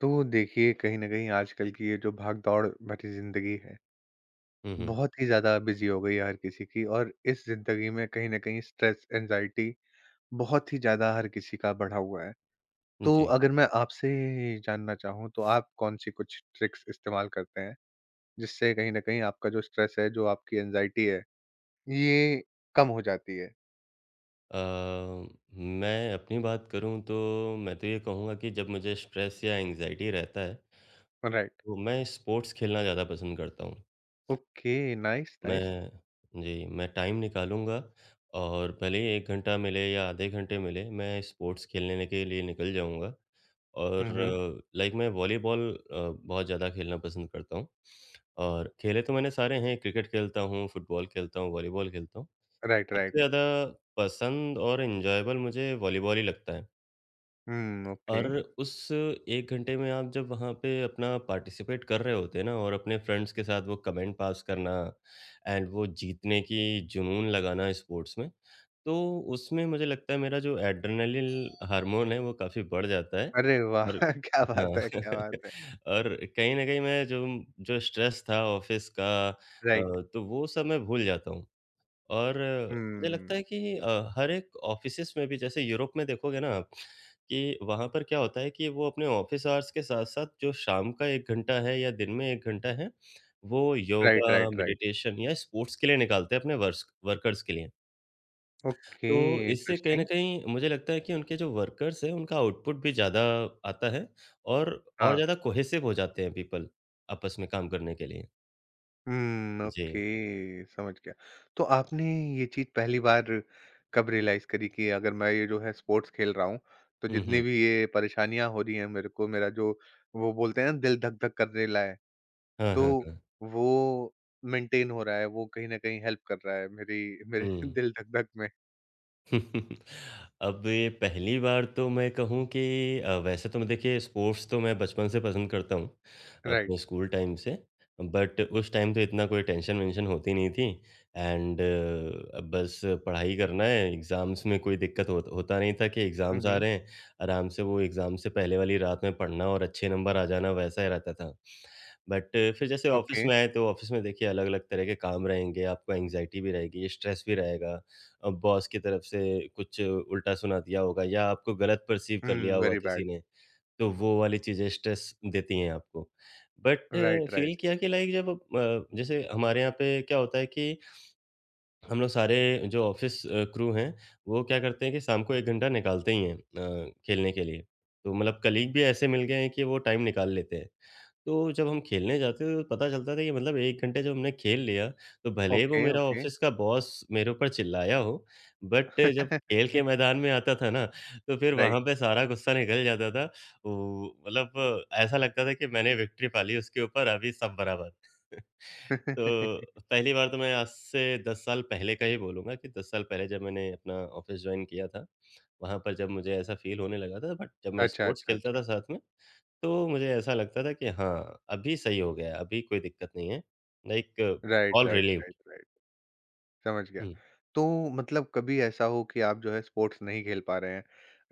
तो देखिए, कहीं न कहीं आजकल की ये जो भाग-दौड़ भरी ज़िंदगी है, हुँ, हुँ। बहुत ही ज़्यादा बिज़ी हो गई है हर किसी की और इस ज़िंदगी में कहीं न कहीं स्ट्रेस, एंग्ज़ायटी बहुत ही ज़्यादा हर किसी का बढ़ा हुआ है। तो जी। अगर मैं आपसे जानना चाहूँ, तो आप कौन-सी कुछ ट्रिक्स इस्तेमाल करते हैं, जिससे कहीं न कहीं आपका जो स्ट्रेस है, जो आपकी एंग्ज़ायटी है, ये कम हो जाती है? अ, मैं अपनी बात करूँ तो मैं तो ये कहूँगा कि जब मुझे स्ट्रेस या एंग्ज़ायटी रहता है, राइट। तो मैं स्पोर्ट्स खेलना ज़्यादा पसंद करता हूँ। Okay, nice, nice. मैं जी, मैं टाइम निकालूँगा और भले ही 1 घंटा मिले या आधे घंटे मिले, मैं स्पोर्ट्स खेलने के लिए निकल जाऊँगा। और हुँ, हुँ। लाइक मैं वॉलीबॉल बहुत ज़्यादा खेलना पसंद करता हूँ और खेले तो मैंने सारे हैं, क्रिकेट खेलता हूँ, फुटबॉल खेलता हूँ, वॉलीबॉल खेलता हूँ। राइट, सबसे राइट। ज़्यादा पसंद और एन्जॉयबल मुझे वॉलीबॉल ही लगता है। हुँ, ओके। और उस 1 घंटे में आप जब वहाँ पे अपना पार्टिसिपेट कर रहे होते हैं ना और अपने फ्रेंड्स के साथ वो कमेंट पास करना एंड वो जीतने की जुनून लगाना स्पोर्ट्स में, तो उसमें मुझे लगता है मेरा जो एड्रेनालिन हार्मोन है वो काफ़ी बढ़ जाता है। अरे वाह! और क्या हाँ, बात है, क्या बात है। और कहीं न कहीं मैं जो जो स्ट्रेस था ऑफ़िस का राइट। तो वो सब मैं भूल जाता हूँ। और मुझे हुँ। लगता है कि हर एक ऑफ़िसेस में भी जैसे यूरोप में देखोगे ना आप, कि वहाँ पर क्या होता है कि वो अपने ऑफ़िस आवर्स के साथ-साथ जो शाम का 1 घंटा है या दिन में 1 घंटा है, वो right, yoga, right, right. Meditation या स्पोर्ट्स के लिए निकालते हैं अपने वर्स वर्कर्स के लिए। ओके, तो इससे कहीं न इंटरेस्टिंग। कहीं मुझे लगता है कि उनके जो वर्कर्स हैं, उनका आउटपुट भी ज़्यादा आता है और और हाँ। ज़्यादा कोहेसिव हो जाते हैं पीपल, आपस में काम करने के लिए। हुँ, जी। ओके, समझ गया। तो आपने ये चीज़ पहली बार कब रियलाइज़ करी कि अगर मैं ये जो है स्पोर्ट्स खेल रहा हूँ, तो हुँ, जितनी हुँ। भी ये परेशानियाँ हो रही हैं मेरे को, मेरा जो वो बोलते हैं ना दिल धक-धक करने ला है, हाँ, हाँ, तो हाँ। वो मेंटेन हो रहा है, वो कहीं न कहीं हेल्प कर रहा है मेरी मेरे हुँ। दिल धक-धक में। अब ये पहली बार तो मैं कहूँ कि वैसे तो मैं देखिए स्पोर्ट्स तो मैं बचपन से पसंद करता हूँ, अपने राइट। स्कूल टाइम से। बट उस टाइम तो इतना कोई टेंशन-वेंशन होती नहीं थी एंड अब बस पढ़ाई करना है, एग्ज़ाम्स में कोई दिक्कत होता नहीं था कि हुँ, एग्ज़ाम्स आ हुँ। रहे हैं, आराम से वो एग्ज़ाम से पहले वाली रात में पढ़ना और अच्छे नंबर आ जाना, वैसा ही रहता था। बट फिर जैसे ओके। ऑफ़िस में आए, तो ऑफ़िस में देखिए अलग-अलग तरह के काम रहेंगे, आपको एंग्ज़ायटी भी रहेगी, स्ट्रेस भी रहेगा। बॉस की तरफ से कुछ उल्टा सुना दिया होगा या आपको गलत पर्सीव कर लिया हुँ, होगा वेरी किसी बैड। ने, तो वो वाली चीज़ें स्ट्रेस देती हैं आपको। But right, right. फील किया कि लाइक जब जैसे हमारे यहाँ पे क्या होता है कि हम लोग सारे जो ऑफिस क्रू हैं, वो क्या करते हैं कि शाम को 1 घंटा निकालते ही हैं, खेलने के लिए। तो मतलब कलीग भी ऐसे मिल गए हैं कि वो टाइम निकाल लेते हैं। तो जब हम खेलने जाते थे तो पता चलता था कि मतलब 1 घंटे जब हमने खेल लिया, तो भले ही वो ओके, मेरा ओके। ऑफिस का बॉस मेरे ऊपर चिल्लाया हो, बट जब खेल के मैदान में आता था ना, तो फिर राइट। वहाँ पे सारा गुस्सा निकल जाता था। वो मतलब ऐसा लगता था कि मैंने विक्ट्री पा ली उसके ऊपर, अभी सब बराबर। तो पहली बार तो मैं आज से 10 साल पहले का ही बोलूँगा कि 10 साल पहले जब मैंने अपना ऑफ़िस जॉइन किया था, वहाँ पर जब मुझे ऐसा फ़ील होने लगा था बट जब मैं अच्छा, स्पोर्ट्स अच्छा, खेलता अच्छा। था साथ में, तो मुझे ऐसा लगता था कि हाँ, अभी सही हो गया है, अभी कोई दिक्कत नहीं है। Like right, all right, right, relieved. Right. समझ गया। हुँ। तो मतलब कभी ऐसा हो कि आप जो है स्पोर्ट्स नहीं खेल पा रहे हैं,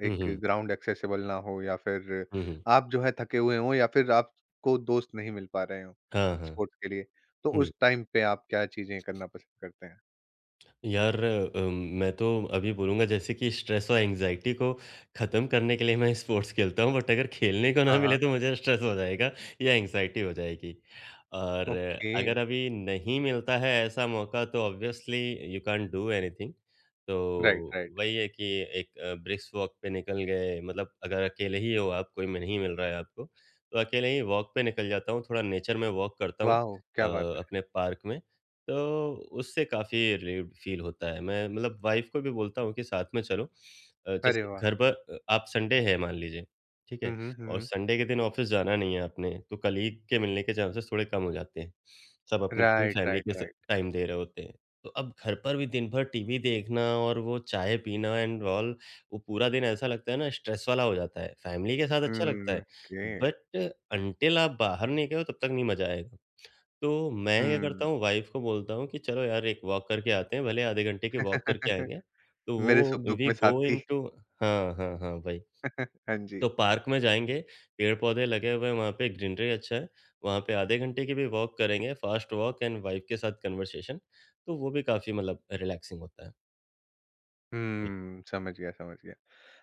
हुँ, एक हुँ। ग्राउंड एक्सेसिबल ना हो या फिर हुँ, हुँ। आप जो है थके हुए हों या फिर आपको दोस्त नहीं मिल पा रहे हों हाँ, हाँ। स्पोर्ट्स के लिए, तो हुँ। उस टाइम पे आप क्या चीज़ें करना पसंद करते हैं? यार, मैं तो अभी बोलूँगा जैसे कि स्ट्रेस और एंग्ज़ायटी को ख़त्म करने के लिए मैं स्पोर्ट्स खेलता हूँ बट अगर खेलने को हाँ, ना मिले हाँ। तो मुझे स्ट्रेस हो जाएगा या एंग्ज़ायटी हो जाएगी। और ओके। अगर अभी नहीं मिलता है ऐसा मौका तो obviously you can't do anything. तो राइट, राइट। वही है कि एक ब्रिस्क वॉक पे निकल गए मतलब अगर अकेले ही हो आप, कोई में नहीं मिल रहा है आपको, तो अकेले ही वॉक पे निकल जाता हूँ, थोड़ा नेचर में वॉक करता हूँ, वॉव! अ, क्या बात है। अपने पार्क में। तो उससे काफ़ी रिलीव्ड फ़ील होता है। मैं मतलब वाइफ़ को भी बोलता हूँ कि साथ में चलो। अरे जैसे वाह! घर पर आप संडे है मान लीजिए, ठीक हुँ, है? हुँ, हुँ, और हुँ। संडे के दिन ऑफ़िस जाना नहीं है आपने, तो कलीग के मिलने के चांसेस थोड़े कम हो जाते हैं। सब अपनी पूरी राइट, फ़ैमिली राइट, के स राइट। टाइम दे रहे होते हैं। तो अब घर पर भी दिन भर टीवी देखना और वो चाय पीना एंड ऑल, वो पूरा दिन ऐसा लगता है ना स्ट्रेस वाला हो जाता है। फ़ैमिली के साथ अच्छा लगता हुँ, है, ओके। बट अंटिल आप बाहर नहीं गए हो तब तक नहीं मज़ा आएगा। तो मैं क्या हुँ। करता हूँ वाइफ़ को बोलता हूँ कि चलो यार एक वॉक करके आते हैं, भले आधे घंटे की वॉक करके आएँगे। तो मेरे वो सुख-दुःख वी में गो साथी। इंटू। हाँ, हाँ, हाँ, वही। हाँ तो जी। पार्क में जाएँगे, पेड़-पौधे लगे हुए हैं वहाँ पे, ग्रीनरी अच्छा है। वहाँ पे आधे घंटे की भी वॉक करेंगे, फ़ास्ट वॉक एंड वाइफ़ के साथ कन्वर्सेशन। तो वो भी काफ़ी मतलब रिलैक्सिंग होता है। जी। हुँ, समझ गया, समझ गया।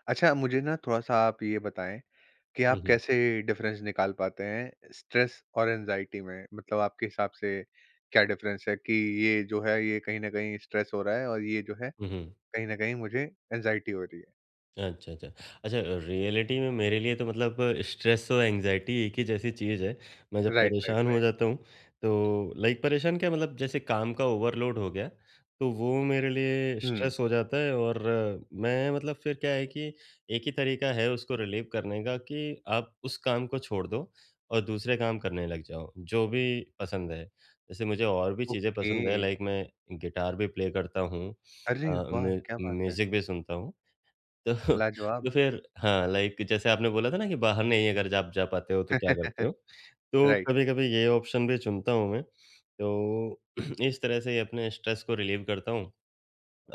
अच्छा मुझे ना थोड़ा-सा आप ये बताएँ कि हुँ, आप हुँ। कैसे डिफ़रेंस निकाल पाते हैं स्ट्रेस और एंग्ज़ायटी में? मतलब आपके हिसाब से क्या डिफ़रेंस है कि ये जो है ये कहीं न कहीं स्ट्रेस हो रहा है और ये जो है हुँ, हुँ। कहीं न कहीं मुझे एंग्ज़ायटी हो रही है। अच्छा, अच्छा। अच्छा, रियलिटी में मेरे लिए तो मतलब स्ट्रेस और एंग्ज़ायटी एक ही जैसी चीज़ है। मैं जब राइट, राइट, परेशान हो राइट। जाता हूँ, तो लाइक परेशान क्या मतलब जैसे काम का ओवरलोड हो गया, तो वो मेरे लिए हुँ, स्ट्रेस हो जाता है और मैं मतलब फिर क्या है कि एक ही तरीका है उसको रिलीव करने का कि आप उस काम को छोड़ दो और दूसरे काम करने लग जाओ, जो भी पसंद है। जैसे मुझे और भी चीज़ें ओके। पसंद है लाइक मैं गिटार भी प्ले करता हूँ, अ, अरे वाह! म्यू क्या बात है। म्यूज़िक भी सुनता हूँ। तो तो लाजवाब! फिर हाँ, लाइक जैसे आपने बोला था ना कि बाहर नहीं अगर जा आप जा पाते हो तो क्या करते हो? तो राइट। कभी-कभी ये ऑप्शन भी चुनता हूँ मैं। तो इस तरह से ही अपने स्ट्रेस को रिलीव करता हूँ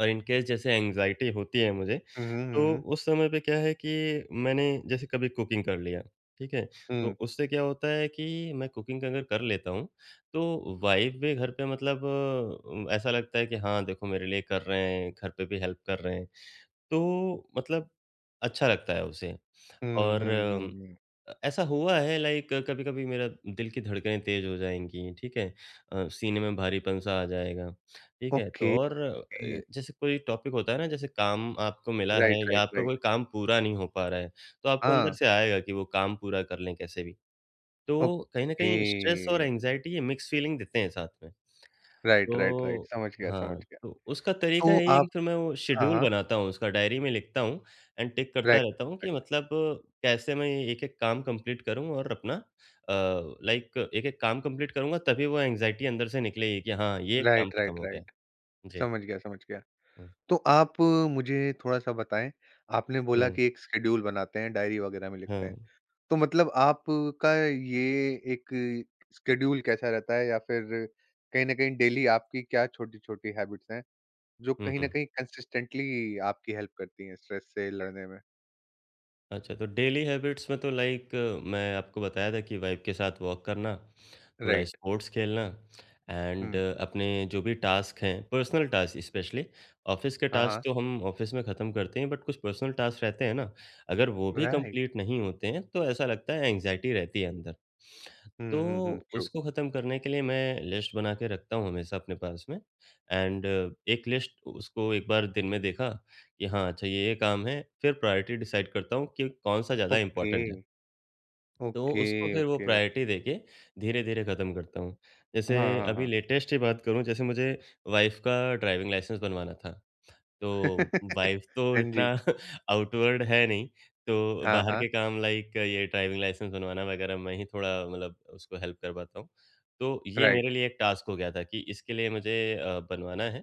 और इन केस जैसे एंग्ज़ायटी होती है मुझे, हुँ, हुँ, हुँ, तो हुँ। उस समय पे क्या है कि मैंने जैसे कभी कुकिंग कर लिया, ठीक है? तो हुँ। उससे क्या होता है कि मैं कुकिंग अगर कर लेता हूँ, तो वाइफ़ भी घर पे मतलब ऐसा लगता है कि हाँ, देखो मेरे लिए कर रहे हैं, घर पे भी हेल्प कर रहे हैं। तो मतलब अच्छा लगता है उसे। हुँ, और हुँ, हुँ, हुँ। ऐसा हुआ है लाइक कभी-कभी मेरा दिल की धड़कनें तेज़ हो जाएँगी, ठीक है? सीने में भारीपन-सा आ जाएगा, ठीक है? तो ओके। और जैसे कोई टॉपिक होता है ना, जैसे काम आपको मिला है राइट, या राइट, आपका राइट। कोई काम पूरा नहीं हो पा रहा है, तो आपको अंदर हाँ, से आएगा कि वो काम पूरा कर लें कैसे भी। तो कहीं न ओके। कहीं स्ट्रेस और एंग्ज़ायटी ये मिक्स फीलिंग देते हैं साथ में। Right, right, right. तो समझ गया, समझ हाँ, गया। तो उसका तरीका तो यही है कि आप फिर मैं वो हाँ, शेड्यूल हाँ। बनाता हूँ, उसका डायरी में लिखता हूँ एंड टिक करता राइट, रहता हूँ कि राइट, मतलब कैसे मैं एक-एक काम कंप्लीट करूँ और अपना लाइक एक-एक काम कंप्लीट करूँगा तभी वो एंग्ज़ायटी अंदर से निकलेगी कि हाँ, ये एक काम राइट, खत्म राइट, हो गया। राइट। जी। समझ गया, समझ गया। हुँ, तो आप मुझे थोड़ा-सा बताएँ, आपने बोला हुँ, कि एक शेड्यूल बनाते हैं, डायरी वगैरह में लिखते हाँ। हैं। तो मतलब आपका ये एक शेड्यूल कैसा रहता है या फिर कहीं न कहीं डेली आपकी क्या छोटी-छोटी हैबिट्स हैं, जो हुँ, कहीं न हुँ। कहीं कंसिस्टेंटली आपकी हेल्प करती हैं स्ट्रेस से लड़ने में? अच्छा, तो डेली हैबिट्स में तो लाइक मैं आपको बताया था कि वाइफ़ के साथ वॉक करना, थोड़ा राइट। स्पोर्ट्स खेलना एंड हुँ। अपने जो भी टास्क हैं पर्सनल टास्क स्पेशली। ऑफिस के हाँ, टास्क हाँ। तो हम ऑफिस में ख़त्म करते हैं बट कुछ पर्सनल टास्क रहते हैं ना, अगर वो भी राइट। कंप्लीट नहीं होते हैं तो ऐसा लगता है एंग्जाइटी रहती है अंदर। हुँ, तो हुँ, हुँ। ट्रू। उसको ख़त्म करने के लिए मैं लिस्ट बना के रखता हूँ हमेशा अपने पास में एंड एक लिस्ट उसको एक बार दिन में देखा कि हाँ अच्छा ये काम है, फिर प्रायोरिटी डिसाइड करता हूँ कि कौन सा ज़्यादा ओके, इंपॉर्टेंट है। तो ओके, उसको फिर वो ओके, ओके। प्रायोरिटी देके धीरे-धीरे खत्म करता हूँ। जैसे हाँ, हाँ, अभी हाँ। लेटेस्ट ही बात करूँ, जैसे मुझे वाइफ़ का ड्राइविंग लाइसेंस बनवाना था। तो वाइफ़ तो हाँ इतना जी। आउटवर्ड है नहीं, तो हाँ, बाहर हाँ। के काम लाइक ये ड्राइविंग लाइसेंस बनवाना वगैरह मैं ही थोड़ा मतलब उसको हेल्प कर पाता हूँ। तो ये मेरे राइट, लिए एक टास्क हो गया था कि इसके लिए मुझे बनवाना है।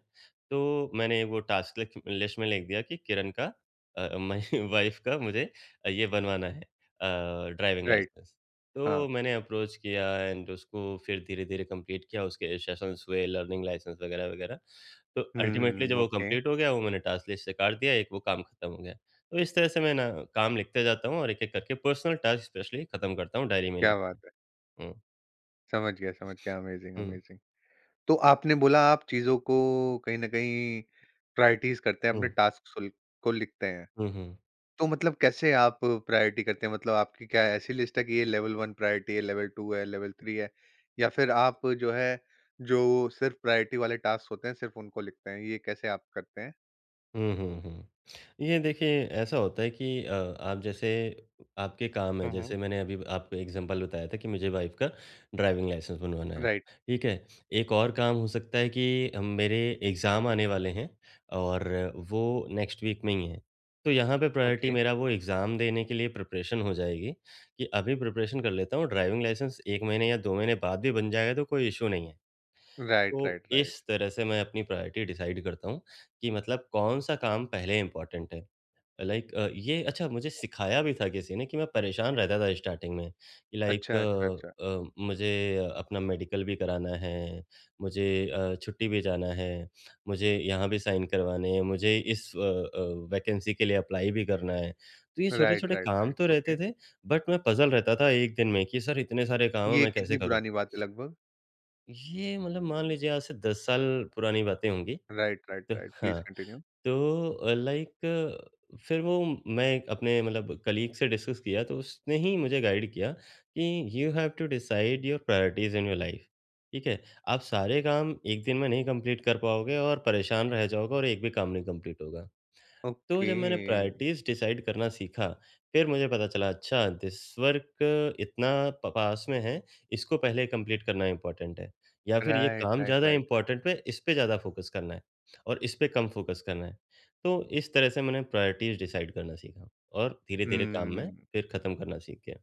तो मैंने वो टास्क लिख लिस्ट में लिख दिया कि किरण का, मैं वाइफ़ का मुझे ये बनवाना है, ड्राइविंग राइट। लाइसेंस। हाँ। तो मैंने अप्रोच किया एंड उसको फिर धीरे-धीरे कंप्लीट किया, उसके सेशंस हुए, लर्निंग लाइसेंस वगैरह-वगैरह। तो अल्टीमेटली जब हुँ, वो ओके। कंप्लीट हो गया, वो मैंने टास्क लिस्ट से काट दिया, एक वो काम खत्म हो गया। तो इस तरह से मैं ना काम लिखते जाता हूँ और एक-एक करके पर्सनल टास्क स्पेशली खत्म करता हूँ डायरी में क्या लिख बात के। है। हुँ, समझ गया, समझ गया। अमेज़िंग, हुँ, अमेज़िंग। तो आपने बोला आप चीज़ों को कहीं न कहीं प्रायोरिटीज़ करते हैं, अपने हुँ, टास्क्स सुल को लिखते हैं। हुँ, हुँ। तो मतलब कैसे आप प्रायोरिटी करते हैं? मतलब आपकी क्या ऐसी लिस्ट है कि ये लेवल 1 प्रायोरिटी है, लेवल 2 है, लेवल 3 है? या फिर आप जो है, जो सिर्फ़ प्रायोरिटी वाले टास्क होते हैं, सिर्फ़ उनको लिखते हैं? ये कैसे आप करते हैं? हुँ, हुँ, हुँ। ये देखिए ऐसा होता है कि आप जैसे आपके काम है, हुँ, हुँ। जैसे मैंने अभी आपको एग्ज़ाम्पल बताया था कि मुझे वाइफ़ का ड्राइविंग लाइसेंस बनवाना है, राइट, ठीक है? एक और काम हो सकता है कि हम मेरे एग्ज़ाम आने वाले हैं और वो नेक्स्ट वीक में ही हैं। तो यहाँ पे प्रायोरिटी ओके। मेरा वो एग्ज़ाम देने के लिए प्रिपरेशन हो जाएगी कि अभी प्रिपरेशन कर लेता हूँ, ड्राइविंग लाइसेंस 1 महीने या 2 महीने बाद भी बन जाएगा तो कोई इश्यू नहीं है। राइट, तो राइट, राइट। इस तरह से मैं अपनी प्रायोरिटी डिसाइड करता हूँ कि मतलब कौन-सा काम पहले इम्पोर्टेंट है। लाइक ये अच्छा मुझे सिखाया भी था किसी ने कि मैं परेशान रहता था स्टार्टिंग में कि लाइक अच्छा, अच्छा, अच्छा। मुझे अपना मेडिकल भी कराना है, मुझे छुट्टी भी जाना है, मुझे यहाँ भी साइन करवाने हैं, मुझे इस वैकेंसी के लिए अप्लाई भी करना है। तो ये राइट, छोटे-छोटे राइट, काम राइट, तो रहते ओके। थे, बट मैं पज़ल रहता था एक दिन में कि सर इतने सारे काम हैं ये मैं कैसे कितनी करूँ? पुरानी बात है लगभग? ये मतलब मान लीजिए आज से 10 साल पुरानी बातें होंगी। राइट, तो राइट, राइट, प्लीज़ हाँ, कंटिन्यू। तो लाइक फिर वो मैं अपने मतलब कलीग से डिस्कस किया तो उसने ही मुझे गाइड किया कि you have to decide your priorities in your life. ठीक है? आप सारे काम एक दिन में नहीं कंप्लीट कर पाओगे और परेशान रह जाओगे और एक भी काम नहीं कंप्लीट होगा। तो ओके, जब मैंने प्रायोरिटीज़ डिसाइड करना सीखा, फिर मुझे पता चला अच्छा दिस वर्क इतना प पास में है, इसको पहले कंप्लीट करना इम्पोर्टेंट है। या फिर ये राइट, काम राइट, ज़्यादा राइट, राइट। इम्पोर्टेंट है, इस पे ज़्यादा फ़ोकस करना है और इस पे कम फ़ोकस करना है। तो इस तरह से मैंने प्रायोरिटीज़ डिसाइड करना सीखा और धीरे-धीरे काम मैं हुँ, फिर ख़त्म करना सीख गया।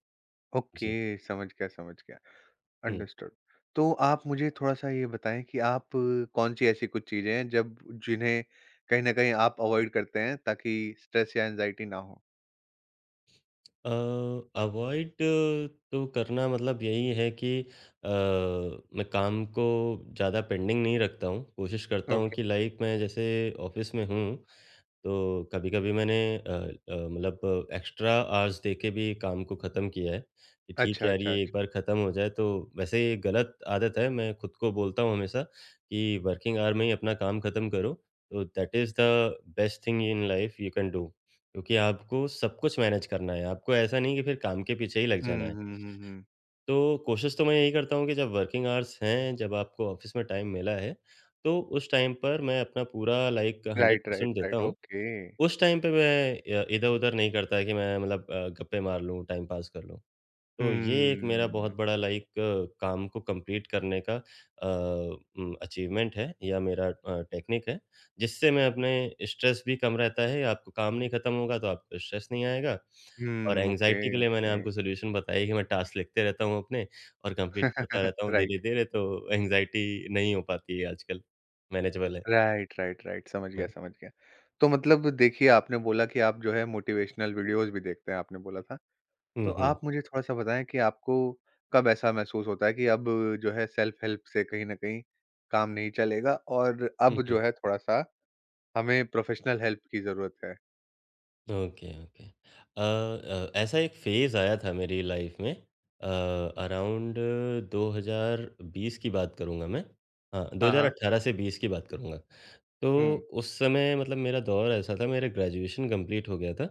जी। ओके, समझ गया, हुँ। अंडरस्टूड। तो आप मुझे थोड़ा-सा ये बताएँ कि आप कौन-सी ऐसी कुछ चीज़ें हैं जब जिन्हें कहीं न कहीं आप अवॉइड करते हैं ताकि स्ट्रेस या एंग्ज़ायटी ना हो? अ, अवॉइड तो करना मतलब यही है कि मैं काम को ज़्यादा पेंडिंग नहीं रखता हूँ। कोशिश करता हूँ ओके, कि लाइक मैं जैसे ऑफ़िस में हूँ, तो कभी-कभी मैंने मतलब एक्स्ट्रा आवर्स दे के भी काम को ख़त्म किया है, कि ठीक अच्छा, है यार अच्छा, ये अच्छा। एक बार ख़त्म हो जाए तो वैसे ये गलत आदत है, मैं खुद को बोलता हूँ हमेशा कि वर्किंग आवर में ही अपना काम ख़त्म करो, तो that is the best thing in life you can do. क्योंकि आपको सब कुछ मैनेज करना है, आपको ऐसा नहीं कि फिर काम के पीछे ही लग जाना हुँ, है। हुँ, हुँ, हुँ। तो कोशिश तो मैं यही करता हूँ कि जब वर्किंग आवर्स हैं, जब आपको ऑफ़िस में टाइम मिला है, तो उस टाइम पर मैं अपना पूरा लाइक राइट, राइट, 100% देता राइट, हूँ। ओके। उस टाइम पे मैं इधर-उधर नहीं करता कि मैं मतलब गप्पे मार लूँ, टाइम पास कर लूँ। तो ये एक मेरा बहुत हुँ, बड़ा लाइक काम को कंप्लीट करने का अचीवमेंट है या मेरा टेक्निक है, जिससे मैं अपने स्ट्रेस भी कम रहता है, आपको काम नहीं खत्म होगा तो आपको स्ट्रेस नहीं आएगा और हुँ, ओके, एंग्ज़ायटी के लिए मैंने ओके। आपको सॉल्यूशन बताया कि मैं टास्क लिखते रहता हूँ अपने और कंप्लीट करता रहता हूँ राइट, धीरे-धीरे तो एंग्ज़ायटी नहीं हो पाती है आजकल, मैनेजेबल है। राइट, राइट, राइट, समझ गया, हाँ। समझ गया। तो मतलब देखिए आपने बोला कि आप जो है मोटिवेशनल वीडियोज़ भी देखते हैं आपने बोला था। तो हुँ, हुँ। आप मुझे थोड़ा-सा बताएँ कि आपको कब ऐसा महसूस होता है कि अब जो है सेल्फ हेल्प से कहीं न कहीं काम नहीं चलेगा और हुँ, अब जो हुँ। है थोड़ा-सा हमें प्रोफेशनल हेल्प की ज़रूरत है? Okay, okay. ऐसा एक फ़ेज़ आया था मेरी लाइफ़ में अराउंड 2020 की बात करूँगा मैं। हाँ, हाँ, हाँ। 2018 से 20 की बात करूँगा। तो हुँ। उस समय मतलब मेरा दौर ऐसा था, मेरा ग्रेजुएशन कंप्लीट हो गया था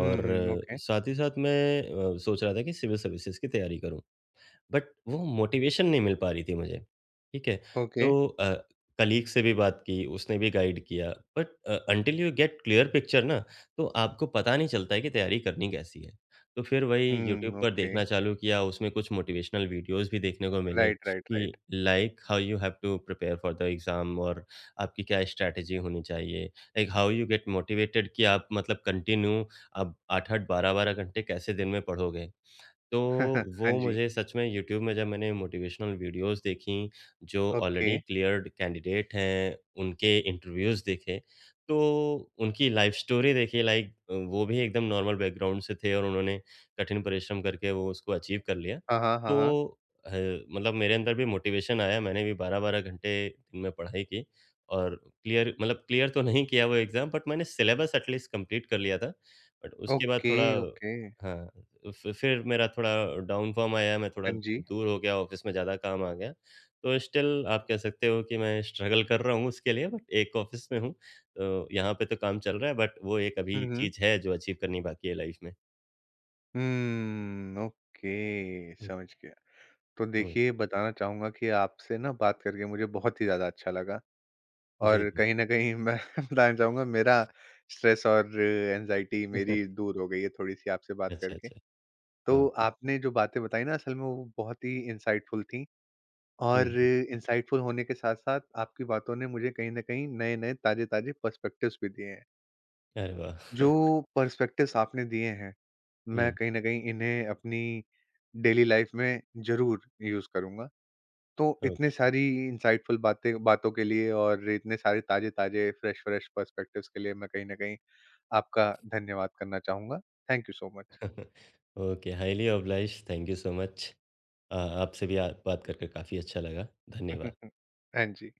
हुँ, हुँ, ओके, साथ ही साथ मैं सोच रहा था कि सिविल सर्विसेज़ की तैयारी करूँ। बट वो मोटिवेशन नहीं मिल पा रही थी मुझे, ठीक है? ओके। तो कलीग से भी बात की, उसने भी गाइड किया but until you get clear picture ना, तो आपको पता नहीं चलता है कि तैयारी करनी कैसी है। तो फिर वही यूट्यूब हुँ, पर ओके। देखना चालू किया, उसमें कुछ मोटिवेशनल वीडियोज़ भी देखने को मिले राइट, राइट, राइट। कि like how you have to prepare for the exam और आपकी क्या स्ट्रैटेजी होनी चाहिए। Like how you get motivated कि आप मतलब कंटिन्यू आप 8-8, 12-12 घंटे कैसे दिन में पढ़ोगे? तो हाँ वो जी, मुझे सच में यूट्यूब में जब मैंने मोटिवेशनल वीडियोस देखीं, जो ओके। ऑलरेडी क्लियर्ड कैंडिडेट हैं, उनके इंटरव्यूज़ देखे, तो उनकी लाइफ़ स्टोरी देखी लाइक वो भी एकदम नॉर्मल बैकग्राउंड से थे और उन्होंने कठिन परिश्रम करके वो उसको अचीव कर लिया। हाँ, हाँ, हाँ, हाँ। तो मतलब मेरे अंदर भी मोटिवेशन आया, मैंने भी 12-12 घंटे दिन में पढ़ाई की और क्लियर मतलब क्लियर तो नहीं किया वो एग्ज़ाम बट मैंने सिलेबस एट लीस्ट कंप्लीट कर लिया था। बट उसके बाद ओके, थोड़ा ओके। हाँ। फ़ि फिर मेरा थोड़ा डाउन फ़ॉर्म आया, मैं थोड़ा हाँ जी। दूर हो गया, ऑफ़िस में ज़्यादा काम आ गया। तो स्टिल आप कह सकते हो कि मैं स्ट्रगल कर रहा हूँ उसके लिए बट एक ऑफ़िस में हूँ, तो यहाँ पे तो काम चल रहा है बट वो एक हुँ, अभी हुँ। चीज़ है जो अचीव करनी बाकी है लाइफ़ में। ओके हुँ, समझ गया। तो हुँ। देखिए बताना चाहूँगा कि आपसे ना बात करके मुझे बहुत ही ज़्यादा अच्छा लगा जी, और जी। कहीं न कहीं मैं बताना चाहूँगा मेरा स्ट्रेस और एंग्ज़ायटी मेरी दूर हो गई है थोड़ी-सी आपसे बात अच्छा, करके। अच्छा। तो ओके। आपने जो बातें बताई ना असल में वो बहुत ही इनसाइटफुल थी हुँ, और हुँ। इनसाइटफुल होने के साथ-साथ आपकी बातों ने मुझे कहीं न कहीं नए-नए ताज़े-ताज़े पर्सपेक्टिव्स भी दिए हैं। अरे वाह! जो पर्सपेक्टिव्स आपने दिए हैं मैं हुँ, कहीं न कहीं इन्हें अपनी डेली लाइफ़ में ज़रूर यूज़ करूँगा। तो इतने ओके। सारी इनसाइटफुल बातें बातों के लिए और इतने सारे ताज़े-ताज़े, फ्रेश-फ्रेश पर्सपेक्टिव्स के लिए मैं कहीं न कहीं आपका धन्यवाद करना चाहूँगा। Thank you so much. Okay, highly obliged, thank you so much. आपसे भी आ बात करके काफ़ी अच्छा लगा। धन्यवाद। हाँ जी।